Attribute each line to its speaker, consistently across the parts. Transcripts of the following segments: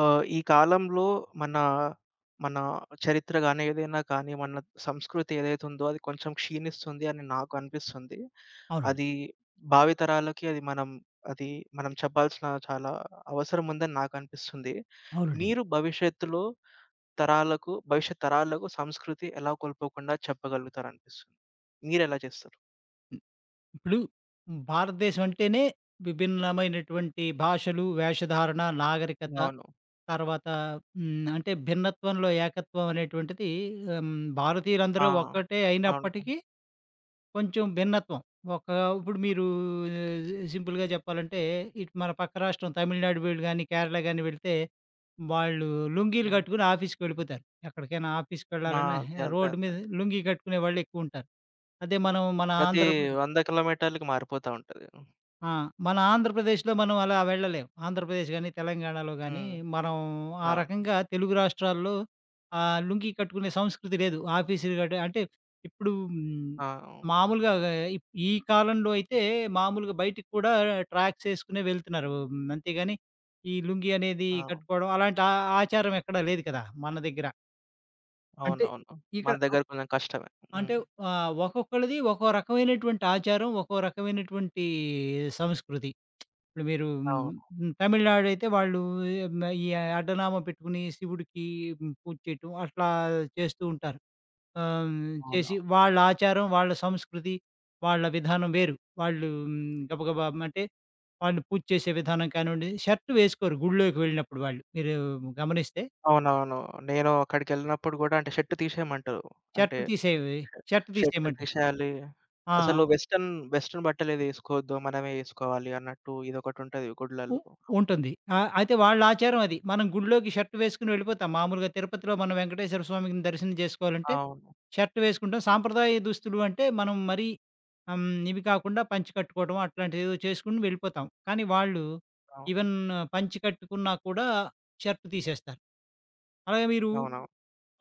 Speaker 1: ఈ కాలంలో మన, మన చరిత్ర గాని, ఏదైనా కానీ, మన సంస్కృతి ఏదైతే ఉందో అది కొంచెం క్షీణిస్తుంది అని నాకు అనిపిస్తుంది.
Speaker 2: అవునండి.
Speaker 1: అది భావితరాలకి అది మనం అది మనం చెప్పాల్సిన చాలా అవసరం ఉందని నాకు అనిపిస్తుంది.
Speaker 2: అవునండి.
Speaker 1: మీరు భవిష్యత్ తరాలకు సంస్కృతి ఎలా కోల్పోకుండా చెప్పగలుగుతారనిపిస్తుంది? మీరెలా చేస్తారు?
Speaker 2: హ్మ్. ఇప్పుడు భారతదేశం అంటేనే విభిన్నమైనటువంటి భాషలు, వేషధారణ, నాగరికత,
Speaker 1: అవును.
Speaker 2: తర్వాత అంటే భిన్నత్వంలో ఏకత్వం అనేటువంటిది ఆహ్,
Speaker 1: ఆ!
Speaker 2: భారతీయులందరూ ఒక్కటే
Speaker 1: అవును.
Speaker 2: అయినప్పటికీ కొంచెం భిన్నత్వం. ఒక ఇప్పుడు మీరు సింపుల్‌గా చెప్పాలంటే, ఇటు మన పక్క రాష్ట్రం తమిళనాడు వీళ్ళు గాని, కేరళ గాని వెళ్తే, వాళ్ళు లుంగీలు
Speaker 1: హ్మ్.
Speaker 2: కట్టుకొని ఆఫీస్‌కెళ్ళిపోతారు. ఎక్కడికైనా
Speaker 1: ఆ!
Speaker 2: ఆఫీస్‌కెళ్ళాలన్నా
Speaker 1: అంతే. అంతే.
Speaker 2: రోడ్డు
Speaker 1: అంతే.
Speaker 2: మీద లుంగీ కట్టుకునే వాళ్ళెక్కువుంటారు. అదే మనం మన
Speaker 1: ప్రతి
Speaker 2: ఆంధ్రప్ర
Speaker 1: 100 కిలోమీటర్లకి మారిపోతా ఉంటది.
Speaker 2: ఆ! మన ఆంధ్రప్రదేశ్‌లో మనం అలా వెళ్ళలేం. ఆంధ్రప్రదేశ్ గాని, తెలంగాణలో గాని
Speaker 1: హ్మ్.
Speaker 2: మనం ఆ
Speaker 1: అవును.
Speaker 2: రకంగా తెలుగు రాష్ట్రాల్లో లుంగీ కట్టుకునే సంస్కృతి లేదు. ఆఫీసులు గట అంటే ఇప్పుడు హ్మ్,
Speaker 1: ఆ! అవును.
Speaker 2: మామూలుగా ఈ కాలంలో అయితే మామూలుగా బయటికి కూడా ట్రాక్స్ ఏసుకునే వెళ్తున్నారు. అంతేగాని ఈ లుంగీ అనేది
Speaker 1: అవును.
Speaker 2: కట్టుకోవడం అలాంటి ఆచారం ఎక్కడా లేదు కదా! మన దగ్గర. అంటే
Speaker 1: అవునవును. మన
Speaker 2: ఇక్కడ అవ్
Speaker 1: దగ్గర కొంచెం కష్టమే. హ్మ్.
Speaker 2: అంటే ఒక్కొక్కళ్ళది ఒక్కో రకమైనటువంటి ఆచారం, ఒక్కో రకమైనటువంటి సంస్కృతి. ఇప్పుడు మీరు
Speaker 1: అవును.
Speaker 2: తమిళనాడు అయితే వాళ్ళు మ ఈ అడ్డనామం పెట్టుకొని శివుడికి పూజ చేయటం అట్లా చేస్తూ ఉంటారు. ఆహ్, చేసి
Speaker 1: అవును.
Speaker 2: వాళ్ళ ఆచారం, వాళ్ళ సంస్కృతి, వాళ్ళ విధానం వేరు. వాళ్ళు గబగబా అంటే వాళ్ళు పూజ చేసే విధానం కానివ్వండి, షర్ట్ వేసుకోరు గుడిలోకి వెళ్ళినప్పుడు వాళ్ళు. మీరు గమనిస్తే
Speaker 1: అవునవును. నేను అక్కడికెళ్ళినప్పుడు గూడా అంటే షర్ట్ తీసేయమంటారు. అంటే
Speaker 2: షర్ట్ తీసేవి షర్ట్
Speaker 1: షర్ట్
Speaker 2: తీసేయమంటారు.
Speaker 1: తీసేయాలి.
Speaker 2: ఆ!
Speaker 1: అసలు వెస్టర్న్ వెస్టర్న్ బట్టలే తీసుకోవద్దు. మనమే ఏసుకోవాలి అన్నట్టు ఇదొకటుంటది
Speaker 2: ఉ
Speaker 1: గుడ్లల్లో. అవును.
Speaker 2: ఉంటుంది. అయితే వాళ్ళ ఆచారం అది. మనం గుడిలోకి షర్ట్ వేసుకొని వెళ్ళిపోతాం. మామూలుగా తిరుపతిలో మనం వెంకటేశ్వర స్వామిని దర్శనం చేసుకోవాలంటే
Speaker 1: అవును.
Speaker 2: షర్ట్ వేసుకుంటాం. సాంప్రదాయ దుస్తులు అంటే మనం మరీ ఇవి కాకుండా పంచె కట్టుకోవడం అట్లాంటిదేదో చేసుకుని వెళ్ళిపోతాం. కానీ వాళ్ళు
Speaker 1: అవును.
Speaker 2: ఈవెన్ పంచె కట్టుకున్నా కూడా షర్ట్ తీసేస్తారు. అలాగే మీరు
Speaker 1: అవునవును.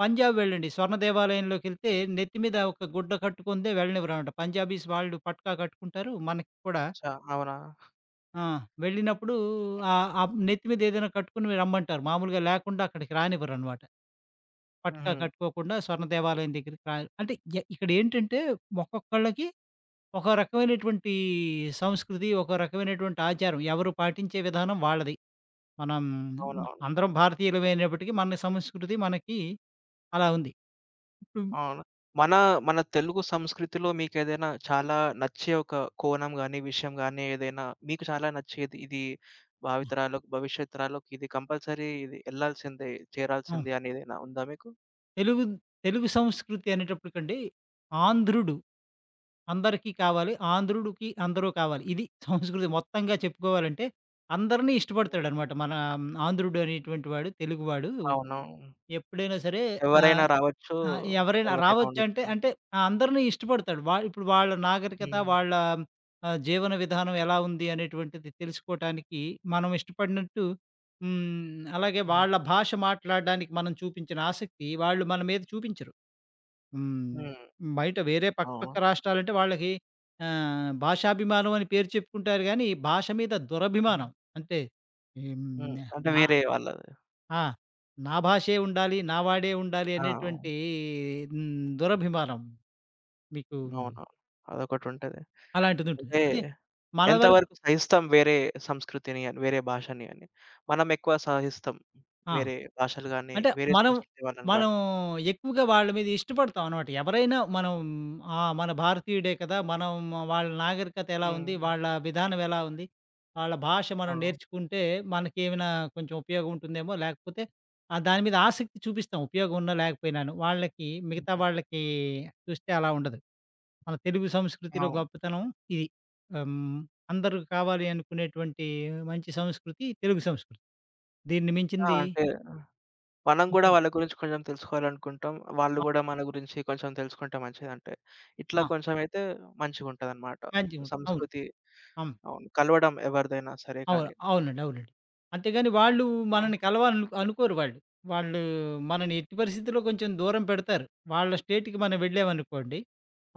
Speaker 2: పంజాబ్ వెళ్ళండి. స్వర్ణ దేవాలయంలోకెళ్తే నెత్తి మీద ఒక గుడ్డ కట్టుకుందే వెళ్ళనివ్వరనమాట. పంజాబీస్ వాళ్ళు పట్కా కట్టుకుంటారు. మనకి కూడా
Speaker 1: చ అవునా?
Speaker 2: ఆ! వెళ్ళినప్పుడు
Speaker 1: హ్మ్.
Speaker 2: ఆహ్, ఆ నెత్తి మీద ఏదైనా కట్టుకొని రమ్మంటారు. మామూలుగా లేకుండా అక్కడికి రానివ్వరనమాట. పట్కా
Speaker 1: హుహు.
Speaker 2: కట్టుకోకుండా స్వర్ణ దేవాలయం దగ్గరికి రా అంటే ఇక్కడేంటంటే ఒక్కొక్కళ్ళకి ఒక రకమైనటువంటి సంస్కృతి, ఒక రకమైనటువంటి ఆచారం. ఎవరు పాటించే విధానం వాళ్ళది. మనం
Speaker 1: అవునవును.
Speaker 2: అందరం భారతీయులమైనప్పటికీ మన సంస్కృతి మనకి అలా ఉంది. ఇప్పుడు
Speaker 1: అవును. మన మన తెలుగు సంస్కృతిలో మీకేదైనా చాలా నచ్చే ఒక కోణం గాని, విషయం గాని ఏదైనా మీకు చాలా నచ్చేది ఇది భవిష్యత్ తరాలకు ఇది కంపల్సరీ ఇది ఎళ్ళాల్సిందే,
Speaker 2: ఆ!
Speaker 1: చేరాల్సిందే అనేదేనా ఉందా మీకు?
Speaker 2: తెలుగు తెలుగు సంస్కృతి అనేటప్పటికండి ఆంధ్రుడు అందరికీ కావాలి. ఆంధ్రుడికి అందరూ కావాలి. ఇది సంస్కృతి మొత్తంగా చెప్పుకోవాలంటే అందరిని
Speaker 1: హ్మ్.
Speaker 2: ఇష్టపడతాడనమాట. మన ఆంధ్రుడు అనేటువంటి వాడు తెలుగువాడు
Speaker 1: అవును.
Speaker 2: ఎప్పుడైనా సరే ఆ!
Speaker 1: ఎవరైనా రావచ్చు,
Speaker 2: ఆ! ఎవరైనా
Speaker 1: ఎవరైనా
Speaker 2: రావచ్చంటే,
Speaker 1: ఉండొచ్చు.
Speaker 2: అంటే అందరిని ఇష్టపడతాడు. ఇప్పుడు వాళ్ళ నాగరికత,
Speaker 1: హ్మ్.
Speaker 2: వాళ్ళ జీవన విధానం ఎలా ఉంది అనేటువంటిది తెలుసుకోటానికి మనం ఇష్టపడినట్టు అలాగే
Speaker 1: హ్మ్.
Speaker 2: వాళ్ళ భాష మాట్లాడడానికి మనం చూపించిన ఆసక్తి వాళ్ళు మన మీద చూపించరు. హ్మ్.
Speaker 1: హ్మ్.
Speaker 2: బయట వేరే పక్క పక్క
Speaker 1: అవును.
Speaker 2: రాష్ట్రాలంటే వాళ్ళకి భాషాభిమానం అని పేరు చెప్పుకుంటారు గానీ, భాష మీద దురభిమానం. అంటే హ్మ్.
Speaker 1: హ్మ్. అంటే
Speaker 2: న
Speaker 1: వేరే వాళ్ళది.
Speaker 2: ఆ! నా భాషే ఉండాలి, నా వాడే ఉండాలి
Speaker 1: ఆ!
Speaker 2: అనేటువంటి దురభిమానం మీకు
Speaker 1: అవును. అదొకటుంటది.
Speaker 2: అలాంటిదుంటుంది.
Speaker 1: అంటే
Speaker 2: అదే మన వరకు
Speaker 1: ఎంతవరకు సహిస్తాం వేరే సంస్కృతిని అని, వేరే భాషని అని. మనం ఎక్కువ సహిస్తాం.
Speaker 2: ఆ!
Speaker 1: వేరే భాషలు గాని,
Speaker 2: అంటే
Speaker 1: వేరే
Speaker 2: మనం,
Speaker 1: సంస్కృతి వాళ్ళని
Speaker 2: మనం
Speaker 1: గాని.
Speaker 2: ఎక్కువగా వాళ్ళ మీద ఇష్టపడతాం అనమాట. ఎవరైనా మనం ఆ! మన భారతీయుడే కదా! మనం వాళ్ళ నాగరికత ఎలా
Speaker 1: హ్మ్.
Speaker 2: ఉంది, వాళ్ళ విధానం ఎలా ఉంది, వాళ్ళ భాష
Speaker 1: ఆ!
Speaker 2: మనం నేర్చుకుంటే మనకేమైనా కొంచెం ఉపయోగం ఉంటుందేమో, లేకపోతే దాని మీద ఆసక్తి చూపిస్తాం ఉపయోగం ఉన్నా లేకపోయినాను. మిగతా
Speaker 1: హ్మ్.
Speaker 2: వాళ్ళకి చూస్తే అలా ఉండదు. మన తెలుగు సంస్కృతిలో
Speaker 1: అవును.
Speaker 2: గొప్పతనం ఇది. హ్మ్. అందరూ కావాలి అనుకునేటువంటి మంచి సంస్కృతి తెలుగు సంస్కృతి. దీన్ని
Speaker 1: ఆ!
Speaker 2: మించింది
Speaker 1: అంటే మనం గూడా
Speaker 2: ఇంకో
Speaker 1: వాళ్ళ గురించి కొంచెం తెలుసుకోవాలనుకుంటాం. వాళ్ళు
Speaker 2: ఆ!
Speaker 1: గూడా మన గురించి కొంచెం తెలుసుకుంటే మంచిదంటే, ఇట్లా
Speaker 2: ఆ!
Speaker 1: కొంచెం అయితే మంచిగుంటదనమాట.
Speaker 2: మంచిగా ఉంటుంది. అవును.
Speaker 1: సంస్కృతి
Speaker 2: అవును.
Speaker 1: అవును. కలవడం ఎవరిదైనా సరే
Speaker 2: అవును.
Speaker 1: కానీ.
Speaker 2: అవునండి. అవునండి. అంతేగాని వాళ్ళు
Speaker 1: అవును.
Speaker 2: మనల్ని కలవాలను అనుకోరు వాళ్ళు. వాళ్ళు మనని ఎట్టి పరిస్థితిలో కొంచెం దూరం పెడతారు. వాళ్ళ స్టేట్‌కి మనం వెళ్ళామనుకోండి,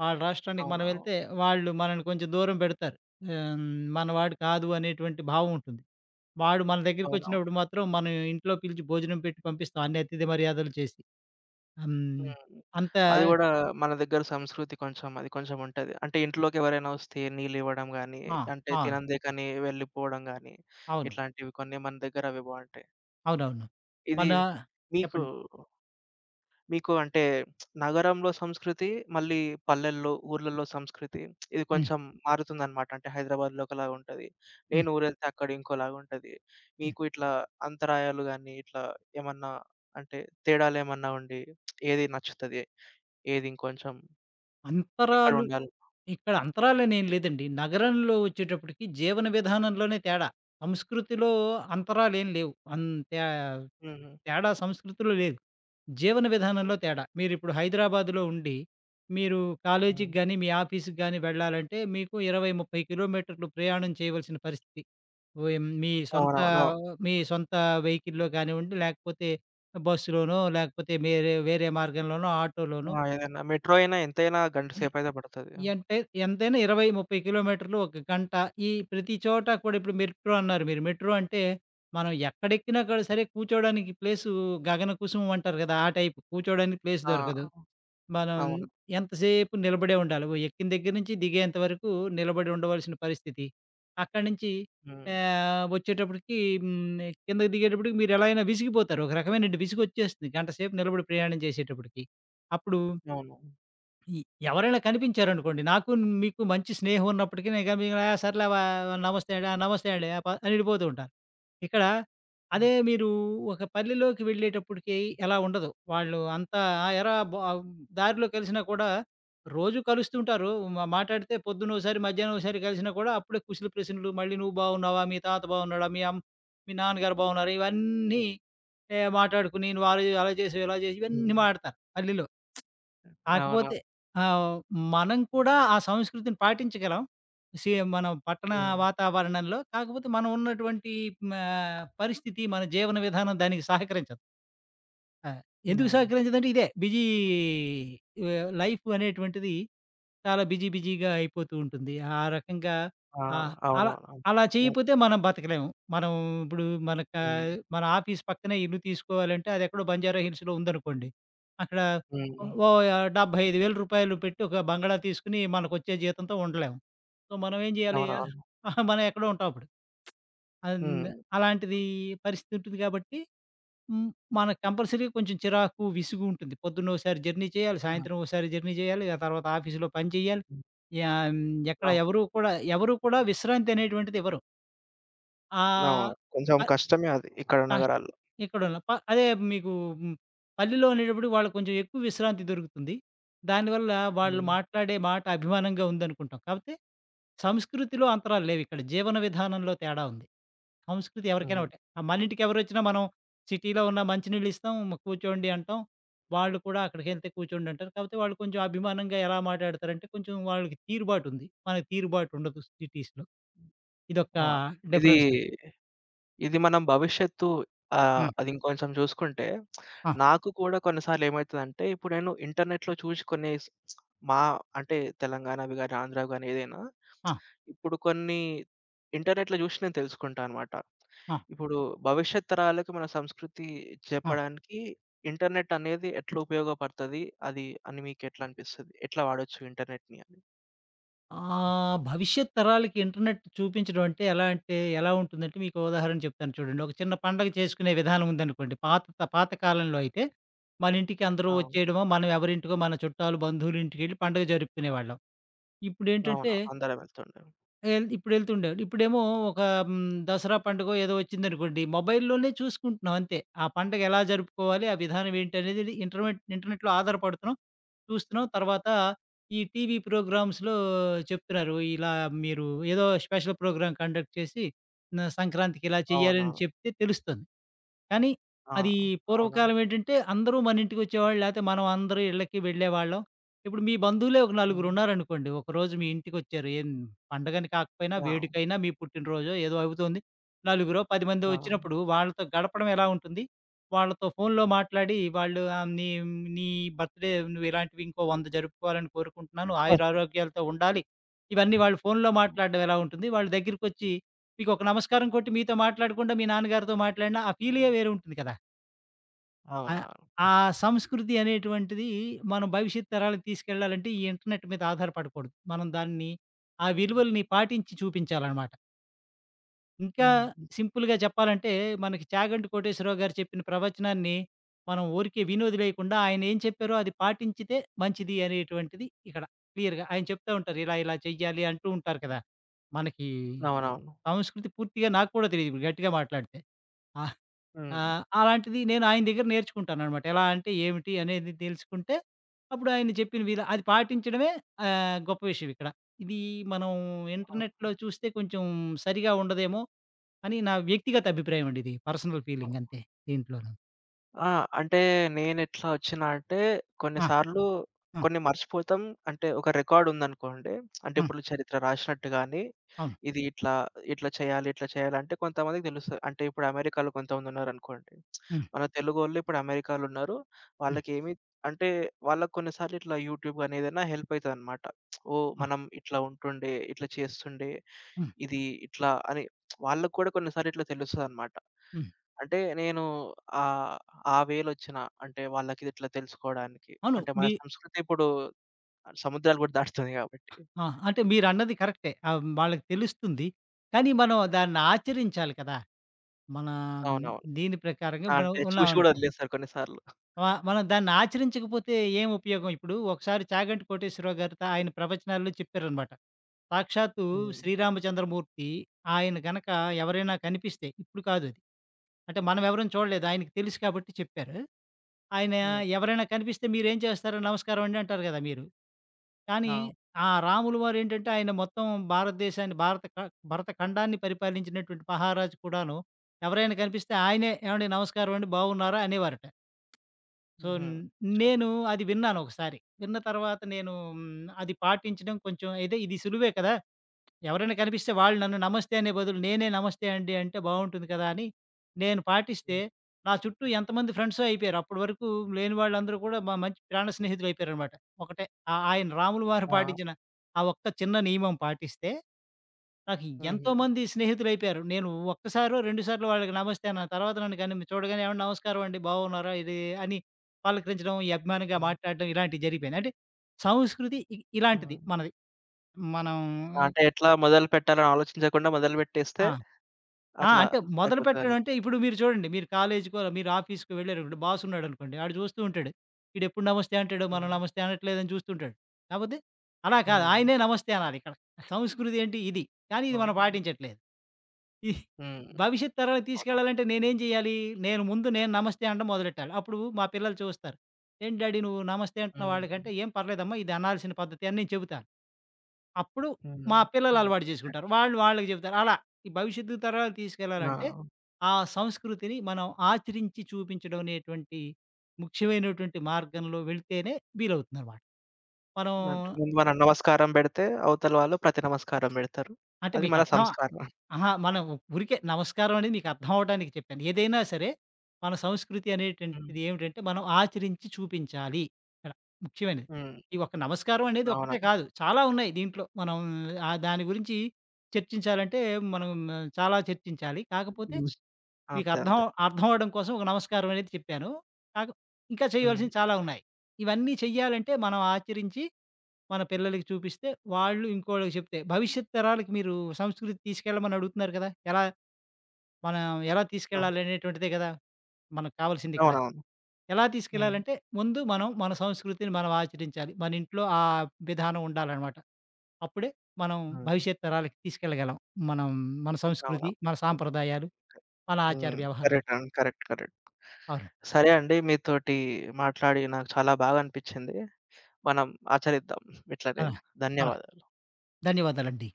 Speaker 2: వాళ్ళ రాష్ట్రానికి మనం
Speaker 1: అవునవును.
Speaker 2: వెళ్తే వాళ్ళు మనల్ని కొంచెం దూరం పెడతారు. ఆహ్, హ్మ్. మనవాడు కాదు అనేటువంటి భావం ఉంటుంది. వాడు మన
Speaker 1: అవునవును.
Speaker 2: దగ్గరికొచ్చినప్పుడు మాత్రం మనం ఇంట్లో పిలిచి భోజనం పెట్టి పంపిస్తాం. అన్ని అతిథి మర్యాదలు చేసి. హ్మ్.
Speaker 1: హ్మ్.
Speaker 2: అంత
Speaker 1: అది గూడా మన దగ్గర సంస్కృతి కొంచెం అది కొంచెం ఉంటది. అంటే ఇంట్లోకి ఎవరైనా వస్తే నీళ్ళివ్వడం గానీ,
Speaker 2: ఆ!
Speaker 1: అంటే
Speaker 2: ఆ!
Speaker 1: తినందే కానీ వెళ్ళిపోవడం గానీ,
Speaker 2: అవును.
Speaker 1: ఇట్లాంటివి కొన్ని మన దగ్గర అవి బావుంటాయి.
Speaker 2: అవునవును.
Speaker 1: ఇది
Speaker 2: మన
Speaker 1: మీకు
Speaker 2: చెప్పండి.
Speaker 1: మీకు అంటే నగరంలో సంస్కృతి, మళ్ళీ పల్లెల్లో, ఊర్లలో సంస్కృతి ఇది
Speaker 2: హ్మ్.
Speaker 1: కొంచెం మారుతుందనమాట. అంటే హైదరాబాద్‌లో ఒకలాగా ఉంటది. నేను
Speaker 2: హ్మ్.
Speaker 1: ఊరెళ్తే అక్కడ ఇంకోలాగుంటది.
Speaker 2: హ్మ్.
Speaker 1: మీకు ఇట్లా అంతరాయాలు గానీ, ఇట్లా ఏమన్నా అంటే తేడాలేమన్నా ఉండి ఏది నచ్చుతది? ఏది ఇంకొంచెం
Speaker 2: అంతరాలు
Speaker 1: ఎక్కడుండాలి.
Speaker 2: ఇక్కడ అంతరాలనేం లేదండి. నగరంలో వచ్చేటప్పటికి జీవన విధానంలోనే తేడా. సంస్కృతిలో అంతరాలేం లేవు. అంతే
Speaker 1: హుహు.
Speaker 2: తేడా సంస్కృతిలో లేదు. జీవన
Speaker 1: హ్మ్.
Speaker 2: విధానంలో తేడా. మీరిప్పుడు హైదరాబాద్‌లో ఉండి, మీరు కాలేజీకి
Speaker 1: హ్మ్.
Speaker 2: గాని, మీ ఆఫీస్‌కి గాని వెళ్ళాలంటే మీకు 20, 30 కిలోమీటర్లు ప్రయాణం చేయవలసిన పరిస్థితి. ఓయం మీ సొంత
Speaker 1: అవునవునవును.
Speaker 2: మీ సొంత వెహికల్‌లో కానివ్వండి, లేకపోతే బస్సులోనో, లేకపోతే వేరే వేరే మార్గంలోనో, ఆటోలోనో
Speaker 1: ఆ! ఏదైనా మెట్రో అయినా ఎంతైనా గంట సేపయితే పడతది.
Speaker 2: అంటే ఎంతైనా 20, 30 కిలోమీటర్లు ఒక గంట. ఈ ప్రతి చోట కూడా ఇప్పుడు మెట్రో అన్నారు మీరు. మెట్రో అంటే మనం ఎక్కడెక్కినా కూడా సరే కూర్చోడానికి ప్లేసు గగనకుసుమం అంటారు కదా! ఆ టైపు కూర్చోడానికి ప్లేస్
Speaker 1: ఆ!
Speaker 2: దొరకదు. మనం
Speaker 1: అవును.
Speaker 2: ఎంతసేపు నిలబడే ఉండాలి. ఎక్కిన దగ్గర నుంచి దిగేంత వరకు నిలబడి ఉండవలసిన పరిస్థితి. అక్కడి నుంచి
Speaker 1: హ్మ్.
Speaker 2: వచ్చేటప్పటికి కిందకి దిగేటప్పటికి మీరు ఎలా అయినా విసిగిపోతారు. ఒక రకమైనటి విసుగొచ్చేస్తుంది గంట సేపు నిలబడి ప్రయాణం చేసేటప్పటికి. అప్పుడు
Speaker 1: అవును.
Speaker 2: ఈ ఎవరైనా కనిపించారనుకోండి, మీకు మంచి స్నేహం ఉన్నప్పటికీ నేను గమ్మున "ఆ! సర్లే వ నమస్తే అండి. ఆ! నమస్తే అండి" ఆ! ప అని ఎళ్ళిపోతూ ఉంటాను. ఇక్కడ
Speaker 1: హ్మ్.
Speaker 2: అదే మీరు ఒక పల్లెలోకి వెళ్ళేటప్పటికి ఎలా ఉండదు. వాళ్ళు అంతా "ఆ! ఏరా బా" ఆ, దారిలో కలిసినా కూడా రోజు కలుస్తుంటారు. మా మాట్లాడితే పొద్దున్న ఓసారి, మధ్యాహ్నం ఓసారి కలిసినా కూడా అప్పుడే కుశల ప్రశ్నలు మళ్ళీ "నువ్వు బాగున్నావా? మీ తాత బాగున్నాడా? మీ నాన్నగారు బాగున్నారా?" ఇవన్నీ మాట్లాడుకుని "నువ్వు అలా అలా చేసావు, ఇలా చేసావు"
Speaker 1: హ్మ్.
Speaker 2: ఇవన్నీ మాటాడతారు పల్లెలో.
Speaker 1: అవును.
Speaker 2: కాకపోతే ఆహ్, మనం కూడా ఆ సంస్కృతిని పాటించగలం. మనం పట్టణ
Speaker 1: హ్మ్.
Speaker 2: వాతావరణంలో. కాకపోతే మనం ఉన్నటువంటి పరిస్థితి, మన జీవన విధానం దానికి సహకరించదు. ఆ! ఎందుకు
Speaker 1: హ్మ్.
Speaker 2: సహకరించదంటే ఇదే బిజీ లైఫ్ అనేటువంటిది చాలా బిజీగా అయిపోతూ ఉంటుంది. ఆ రకంగా
Speaker 1: ఆ!
Speaker 2: ఆ! అలా
Speaker 1: అవునవునవును.
Speaker 2: అలా
Speaker 1: హ్మ్.
Speaker 2: చేయకపోతే మనం బతకలేము. మనం ఇప్పుడు మనక
Speaker 1: హ్మ్.
Speaker 2: మన ఆఫీస్ పక్కనే ఇల్లు తీసుకోవాలంటే అదెక్కడో బంజారా హిల్స్‌లో ఉందనుకోండి. అక్కడ
Speaker 1: హ్మ్.
Speaker 2: ఓ రూ. 75,000 పెట్టి ఒక బంగళా తీసుకొని మనకొచ్చే జీతంతో ఉండలేము. సో, మనం ఏం చేయాలి?
Speaker 1: అవునవును.
Speaker 2: ఆ, మనం ఎక్కడో ఉంటాం అప్పుడు. అన్
Speaker 1: హ్మ్.
Speaker 2: అలాంటిది పరిస్థితి ఉంటుంది కాబట్టి హ్మ్. మనకు కంపల్సరీగా కొంచెం చిరాకు, విసుగు ఉంటుంది. పొద్దున్న ఓసారి జర్నీ చేయాలి,
Speaker 1: హ్మ్.
Speaker 2: సాయంత్రం ఓసారి జర్నీ చేయాలి, ఆ తర్వాత ఆఫీస్‌లో పని చేయాలి.
Speaker 1: హ్మ్.
Speaker 2: యాహ్! హ్మ్. ఎక్కడ
Speaker 1: అవును.
Speaker 2: ఎవరు కూడా ఎవరు కూడా విశ్రాంతి అనేటువంటిది ఇవ్వరు.
Speaker 1: అవును.
Speaker 2: ఆహ్,
Speaker 1: కొంచెం
Speaker 2: ఆహ్,
Speaker 1: కష్టమే అది ఇక్కడ
Speaker 2: కష్
Speaker 1: నగరాల్లో.
Speaker 2: ఇక్కడున్న ప అదే మీకు హ్మ్. పల్లెలో ఉండేటప్పటికి వాళ్ళకి కొంచెం ఎక్కువ విశ్రాంతి దొరుకుతుంది. దానివల్ల వాళ్ళు
Speaker 1: హ్మ్.
Speaker 2: మాట్లాడే మాట అభిమానంగా ఉందనుకుంటాం. కాపోతే సంస్కృతిలో అంతరాలు లేవు. ఇక్కడ జీవన విధానంలో తేడా ఉంది. సంస్కృతి ఎవరికైనా
Speaker 1: హ్మ్.
Speaker 2: ఒకటే. మన ఇంటికి ఎవరొచ్చినా మనం సిటీలో ఉన్న మంచినీళ్ళు ఇస్తాం. మ- కూర్చోండి అంటాం. వాళ్ళు కూడా అక్కడికెళ్తే కూర్చోండి అంటారు. కాకపోతే వాళ్ళు కొంచెం అభిమానంగా ఎలా మాట్లాడతారంటే కొంచెం వాళ్ళకి తీరుబాటుంది. మనకి తీరుబాటుండదు సిటీస్‌లో. ఇదొక
Speaker 1: ఆ!
Speaker 2: హ్మ్.
Speaker 1: ఇది
Speaker 2: డిఫరెన్స్ అండి.
Speaker 1: ఇది మనం భవిష్యత్తు
Speaker 2: హ్మ్.
Speaker 1: అది ఇంకొంచెం చూసుకుంటే,
Speaker 2: ఆ!
Speaker 1: నాకు కూడా కొన్నిసార్లు ఏమైతదంటే, ఇప్పుడు నేను ఇంటర్నెట్‌లో చూసి కొన్ని మా అంటే తెలంగాణవి గాని, ఆంధ్రావి గాని ఏదైనా,
Speaker 2: ఆ!
Speaker 1: ఇప్పుడు కొన్ని ఇంటర్నెట్‌లో చూసి నేను తెలుసుకుంటా అనమాట.
Speaker 2: ఆ!
Speaker 1: ఇప్పుడు భవిష్యత్ తరాలకు మన సంస్కృతి చెప్పడానికి ఇంటర్నెట్ అనేది ఎట్లా ఉపయోగపడతది? అది అని మీకెట్లా అనిపిస్తది? ఎట్లా వాడొచ్చు ఇంటర్నెట్‌ని అని?
Speaker 2: భవిష్యత్ తరాలకి ఇంటర్నెట్ చూపించడం అంటే ఎలా అంటే, ఎలా ఉంటుందంటే మీకో ఉదాహరణ చెప్తాను చూడండి. ఒక చిన్న పండగ చేసుకునే విధానం ఉందనుకోండి. పాత కాలంలో అయితే మన ఇంటికి అందరూ
Speaker 1: అవును.
Speaker 2: వచ్చేయడమో, మనం ఎవరింటికో మన చుట్టాలు, బంధువులు ఇంటికెళ్ళి పండుగ జరుపుకునేవాళ్ళం. ఇప్పుడేంటంటే
Speaker 1: అవును. అందరం వెళ్తుండే.
Speaker 2: ఇప్పుడెళ్తుండే. ఇప్పుడేమో ఒక హ్మ్, దసరా పండుగో ఏదో వచ్చిందనుకోండి. మొబైల్‌లోనే చూసుకుంటున్నాం అంతే. ఆ పండగ ఎలా జరుపుకోవాలి? ఆ విధానం ఏంటనేది ఇంటర్‌నెట్‌లో ఆధారపడుతున్నాం. చూస్తున్నాం. తర్వాత ఈ టీవీ ప్రోగ్రామ్స్‌లో చెప్తున్నారు. ఇలా మీరు ఏదో స్పెషల్ ప్రోగ్రామ్ కండక్ట్ చేసి సంక్రాంతికి ఇలా
Speaker 1: అవునా!
Speaker 2: చేయాలని చెప్తే తెలుస్తుంది. కానీ
Speaker 1: ఆ!
Speaker 2: అది
Speaker 1: అవునా!
Speaker 2: పూర్వకాలం ఏంటంటే అందరూ మన ఇంటికొచ్చేవాళ్ళు. లేతే మనం అందరూ ఇళ్ళకి వెళ్ళేవాళ్ళం. ఇప్పుడు మీ బంధువులే ఒక
Speaker 1: హ్మ్.
Speaker 2: నలుగురున్నారనుకోండి. ఒకరోజు మీ ఇంటికొచ్చారు. ఏం పండగని కాకపోయినా,
Speaker 1: ఆ!
Speaker 2: వేడుకైనా, మీ పుట్టినరోజో ఏదో అవుతుంది. నలుగురో, 10 మందో
Speaker 1: ఆ!
Speaker 2: వచ్చినప్పుడు వాళ్ళతో గడపడం ఎలా ఉంటుంది? వాళ్ళతో ఫోన్‌లో మాట్లాడి వాళ్ళు ఆహ్, నీ నీ బర్త్‌డే నువ్వు ఇలాంటివి ఇంకో 100 జరుపుకోవాలని కోరుకుంటున్నాను.
Speaker 1: ఓకే.
Speaker 2: ఆయురారోగ్యాలతో ఉండాలి. ఇవన్నీ వాళ్ళు ఫోన్‌లో మాట్లాడడం ఎలా ఉంటుంది? వాళ్ళ దగ్గరికొచ్చి మీకొక నమస్కారం కొట్టి మీతో మాట్లాడకుండా మీ నాన్నగారితో మాట్లాడినా ఆ ఫీలే వేరే ఉంటుంది కదా! ఆహ్,
Speaker 1: అవునవును.
Speaker 2: ఆ సంస్కృతి అనేటువంటిది మనం భవిష్యత్ తరాలకు తీసుకెళ్ళాలంటే ఈ ఇంటర్నెట్ మీద ఆధారపడకూడదు. మనం దాన్ని ఆ విలువల్ని పాటించి చూపించాలనమాట. ఇంకా
Speaker 1: హ్మ్. హ్మ్.
Speaker 2: సింపుల్‌గా చెప్పాలంటే మనకి చాగంటి కోటేశ్వరరావు గారు చెప్పిన ప్రవచనాన్ని మనం ఊరికే వినొదిలేయకుండా ఆయన ఏం చెప్పారో అది పాటించితే మంచిది అనేటువంటిది ఇక్కడ క్లియర్‌గా ఆయన చెప్తా ఉంటారు. ఇలా ఇలా చెయ్యాలి అంటూ ఉంటారు కదా! మనకి
Speaker 1: అవునవును.
Speaker 2: సంస్కృతి పూర్తిగా నాకు కూడా తెలీదు ఇప్పుడు గట్టిగా మాట్లాడితే. ఆ!
Speaker 1: హ్మ్.
Speaker 2: అలాంటిది నేను ఆయన దగ్గర నేర్చుకుంటాననమాట. ఎలా అంటే ఏమిటి అనేది తెలుసుకుంటే, అప్పుడు ఆయన చెప్పిన విధ అది పాటించడమే గొప్ప విషయం ఇక్కడ. ఇది మనం ఇంటర్నెట్‌లో
Speaker 1: అవును.
Speaker 2: చూస్తే కొంచెం సరిగా ఉండదేమో అని నా వ్యక్తిగత అభిప్రాయం అండి ఇది. పర్సనల్ ఫీలింగ్ అంతే దీంట్లోను.
Speaker 1: ఆ! అంటే నేనెట్లా ఒచ్చినా అంటే
Speaker 2: ఆ!
Speaker 1: కొన్నిసార్లు
Speaker 2: ఆ!
Speaker 1: కొన్ని మర్చిపోతాం. అంటే ఒక రికార్డ్ ఉందనుకోండి. అంటే
Speaker 2: ఆ!
Speaker 1: ఇప్పుడు చరిత్ర రాసినట్టు గాని,
Speaker 2: అవును.
Speaker 1: ఇది ఇట్లా, ఇట్లా చేయాలి, ఇట్లా చేయాలంటే కొంతమందికి తెలుస్తది. అంటే ఇప్పుడు అమెరికాలో కొంతమందున్నారనుకోండి.
Speaker 2: హ్మ్.
Speaker 1: మన తెలుగోళ్ళు ఇప్పుడు అమెరికాలో ఉన్నారు.
Speaker 2: హ్మ్.
Speaker 1: వాళ్ళకేమి అంటే వాళ్ళకి కొన్నిసార్లు ఇట్లా యూట్యూబ్ గాని ఏదైనా హెల్ప్ అయితదనమాట. ఓహ్!
Speaker 2: ఆ!
Speaker 1: మనం ఇట్లా ఉంటుండే, ఇట్లా చేస్తుండే,
Speaker 2: హ్మ్.
Speaker 1: ఇది ఇట్లా అని వాళ్ళకి కూడా కొన్నిసార్లు ఇట్లా తెలుస్తదనమాట.
Speaker 2: హ్మ్.
Speaker 1: అంటే నేను ఆహ్ ఆ వేలొచ్చినా అంటే వాళ్ళకి ఇట్లా తెలుసుకోడానికి.
Speaker 2: అవును.
Speaker 1: అంటే మన సంస్కృతి ఇప్పుడు సముద్రాలు గూడా దాటుతుంది గాబట్టి.
Speaker 2: ఆ! అంటే మీరన్నది కరెక్టే. వాళ్ళకి తెలుస్తుంది. కానీ మనం దాన్ని ఆచరించాలి కదా! మన ఉమ్,
Speaker 1: అవునవును.
Speaker 2: దీని ప్రకారంగా
Speaker 1: ఆ!
Speaker 2: మనం
Speaker 1: అంటే చూసి గూడా
Speaker 2: ఉన్నామనుకో
Speaker 1: వదిలేస్తారు కొన్ని సార్లు.
Speaker 2: మ మనం దాన్ని ఆచరించకపోతే ఏం ఉపయోగం? ఇప్పుడు ఒకసారి 'చాగంటి కోటేశ్వరరావు' గారు త ఆయన ప్రవచనాల్లో చెప్పారనమాట. సాక్షాత్తు
Speaker 1: హ్మ్.
Speaker 2: శ్రీరామచంద్రమూర్తి ఆయన గనక ఎవరైనా కనిపిస్తే ఇప్పుడు కాదది. అంటే మనం ఎవరం చూడలేదు. ఆయనకి తెలుసు కాబట్టి చెప్పారు. ఆయన
Speaker 1: హ్మ్.
Speaker 2: ఎవరైనా కనిపిస్తే మీరేం చేస్తారు? నమస్కారం అండి అంటారు గదా! మీరు. కానీ
Speaker 1: ఆ!
Speaker 2: ఆ రాములు వారేంటంటే ఆయన మొత్తం భారతదేశాన్ని భారత క భరత ఖండాన్ని పరిపాలించినటువంటి మహారాజు కూడాను ఎవరైనా కనిపిస్తే ఆయనే "ఏవండీ నమస్కారం అండి బాగున్నారా?" అనేవారట. సో,
Speaker 1: హుహు.
Speaker 2: నేను అది విన్నాను ఒకసారి. విన్న తర్వాత నేను అది పాటించడం కొంచెం అయితే ఇది సులువే కదా! ఎవరైనా కనిపిస్తే వాళ్ళు నన్ను నమస్తే అనే బదులు నేనే నమస్తే అండి అంటే బావుంటుంది కదా! అని నేను పాటిస్తే
Speaker 1: హ్మ్.
Speaker 2: నా చుట్టూ ఎంతమంది ఫ్రెండ్సో అయిపోయారు. అప్పటి వరకు లేని వాళ్ళందరూ కూడా మా మంచి ప్రాణ స్నేహితులయిపోయారనమాట. ఒకటే ఆ ఆయన రాములు వారు
Speaker 1: ఆ!
Speaker 2: పాటించిన ఆ ఒక్క చిన్న నియమం పాటిస్తే నాకు
Speaker 1: హుహు.
Speaker 2: ఎంతోమంది స్నేహితులైపోయారు. నేను ఒక్కసారో, రెండు సార్లో వాళ్ళకి నమస్తే అన్నాను. తర్వాత నన్ను కానీ చూడగానే "ఏవండి నమస్కారం అండి. బాగున్నారా?" ఇది అని పలకరించడం, ఈ అభిమానంగా
Speaker 1: హ్మ్.
Speaker 2: మాట్లాడడం ఇలాంటివి జరిగిపోయింది. అంటే సంస్కృతి ఇ ఇలాంటిది
Speaker 1: హ్మ్.
Speaker 2: మనది. మనం
Speaker 1: అంటే ఎట్లా మొదలు పెట్టాలని ఆలోచించకుండా మొదలుపెట్టేస్తే
Speaker 2: ఆ! ఆ!
Speaker 1: అట్లా
Speaker 2: అంటే మొదలుపెట్టడం
Speaker 1: అయిపోతదని.
Speaker 2: అంటే ఇప్పుడు మీరు చూడండి. మీరు కాలేజీకో, మీరు ఆఫీస్‌కో వెళ్లారనుకోండి. బాస్ ఉన్నాడనుకోండి. ఆడు చూస్తూ ఉంటాడు. ఈడెప్పుడు నమస్తే అంటాడు. మనం
Speaker 1: హ్మ్.
Speaker 2: నమస్తే అనట్లేదని చూస్తుంటాడు. కాపోతే అలా కాదు.
Speaker 1: హ్మ్.
Speaker 2: ఆయనే నమస్తే అనాలిక్కడ. సంస్కృతి ఏంటి ఇది. కానీ ఇది
Speaker 1: ఆ!
Speaker 2: మనం పాటించట్లేదు. ఈ
Speaker 1: హ్మ్.
Speaker 2: భవిష్యత్ తరాలకు
Speaker 1: అవునవును.
Speaker 2: తీసుకెళ్ళాలంటే నేనేం చేయాలి? నేను నమస్తే అనడం మొదలెట్టాలి. అప్పుడు మా పిల్లలు చూస్తారు. "ఏంటి డాడీ నువ్వు నమస్తే అంటున్నావు"
Speaker 1: హ్మ్.
Speaker 2: వాళ్ళకంటే, "ఏం పర్లేదమ్మా ఇది అనాల్సిన పద్ధతి" అని నేను చెబుతాను. అప్పుడు
Speaker 1: హ్మ్.
Speaker 2: మా పిల్లలు
Speaker 1: హ్మ్.
Speaker 2: అలవాటు చేసుకుంటారు. వాళ్ళు వాళ్ళకి చెబుతారు. అలా ఈ భవిష్యత్తు తరాలకు తీసుకెళ్ళాలంటే,
Speaker 1: ఆ!
Speaker 2: ఆ సంస్కృతిని మనం ఆచరించి చూపించడం అనేటువంటి ముఖ్యమైనటువంటి మార్గంలో వెళ్తేనే వీలవుతుందనమాట. మనం
Speaker 1: అంటే ముందు మనం నమస్కారం బెడితే అవతల వాళ్ళు ప్రతి నమస్కారం బెడతారు.
Speaker 2: అంటే
Speaker 1: అది
Speaker 2: మీకు
Speaker 1: మన
Speaker 2: అర్థం
Speaker 1: సంస్కారం.
Speaker 2: అహా! మనం ఊరికే నమస్కారం అనేది మీకు అర్థం అవ్వడానికి చెప్పాను. ఏదైనా సరే మన సంస్కృతి
Speaker 1: హ్మ్.
Speaker 2: అనేటువంటిది ఏమిటంటే మనం ఆచరించి చూపించాలి. ఇక్కడ ముఖ్యమైనది.
Speaker 1: హ్మ్.
Speaker 2: ఈ ఒక్క నమస్కారం అనేది
Speaker 1: అవును.
Speaker 2: ఒక్కటే కాదు. చాలా ఉన్నాయి దీంట్లో. మనం దాని గురించి చర్చించాలంటే మనం చాలా చర్చించాలి. కాకపోతే
Speaker 1: హ్మ్.
Speaker 2: మీకు
Speaker 1: అంతే.
Speaker 2: అర్థం
Speaker 1: అంతే.
Speaker 2: అర్థం అవ్వడం కోసం ఒక నమస్కారం అనేది చెప్పాను. కాక ఇంకా
Speaker 1: హ్మ్.
Speaker 2: చేయవలసినవి చాలా ఉన్నాయి. ఇవన్నీ చెయ్యాలంటే మనం ఆచరించి మన పిల్లలకి చూపిస్తే, వాళ్ళు ఇంకోళ్ళకి చెప్తే భవిష్యత్ తరాలకి మీరు సంస్కృతి తీసుకెళ్ళమని అడుగుతున్నారు కదా! ఎలా మనం ఎలా
Speaker 1: అవును.
Speaker 2: తీసుకెళ్ళాలి అనేటువంటిదే కదా! మనకు కావాల్సింది ఇక్కడ.
Speaker 1: అవునవును.
Speaker 2: ఎలా
Speaker 1: హ్మ్.
Speaker 2: తీసుకెళ్ళాలంటే, ముందు మనం మన సంస్కృతిని మనం ఆచరించాలి. మన ఇంట్లో ఆ విధానం ఉండాలనమాట. అప్పుడే మనం
Speaker 1: హ్మ్.
Speaker 2: భవిష్యత్ తరాలకి తీసుకెళ్ళగలం. మనం మన సంస్కృతి,
Speaker 1: అవునవును.
Speaker 2: మన
Speaker 1: హ్మ్.
Speaker 2: సాంప్రదాయాలు, మన ఆచార
Speaker 1: హ్మ్.
Speaker 2: వ్యవహారాలు.
Speaker 1: కరెక్ట్ అండి. కరెక్ట్. కరెక్ట్.
Speaker 2: అవునండి.
Speaker 1: సరే అండి. మీతోటి మాట్లాడి నాకు చాలా బాగా అనిపిచ్చింది. మనం ఆచరిద్దాం ఇట్లనే.
Speaker 2: అలా. అలా.
Speaker 1: ధన్యవాదాలు.
Speaker 2: ధన్యవాదాలండి.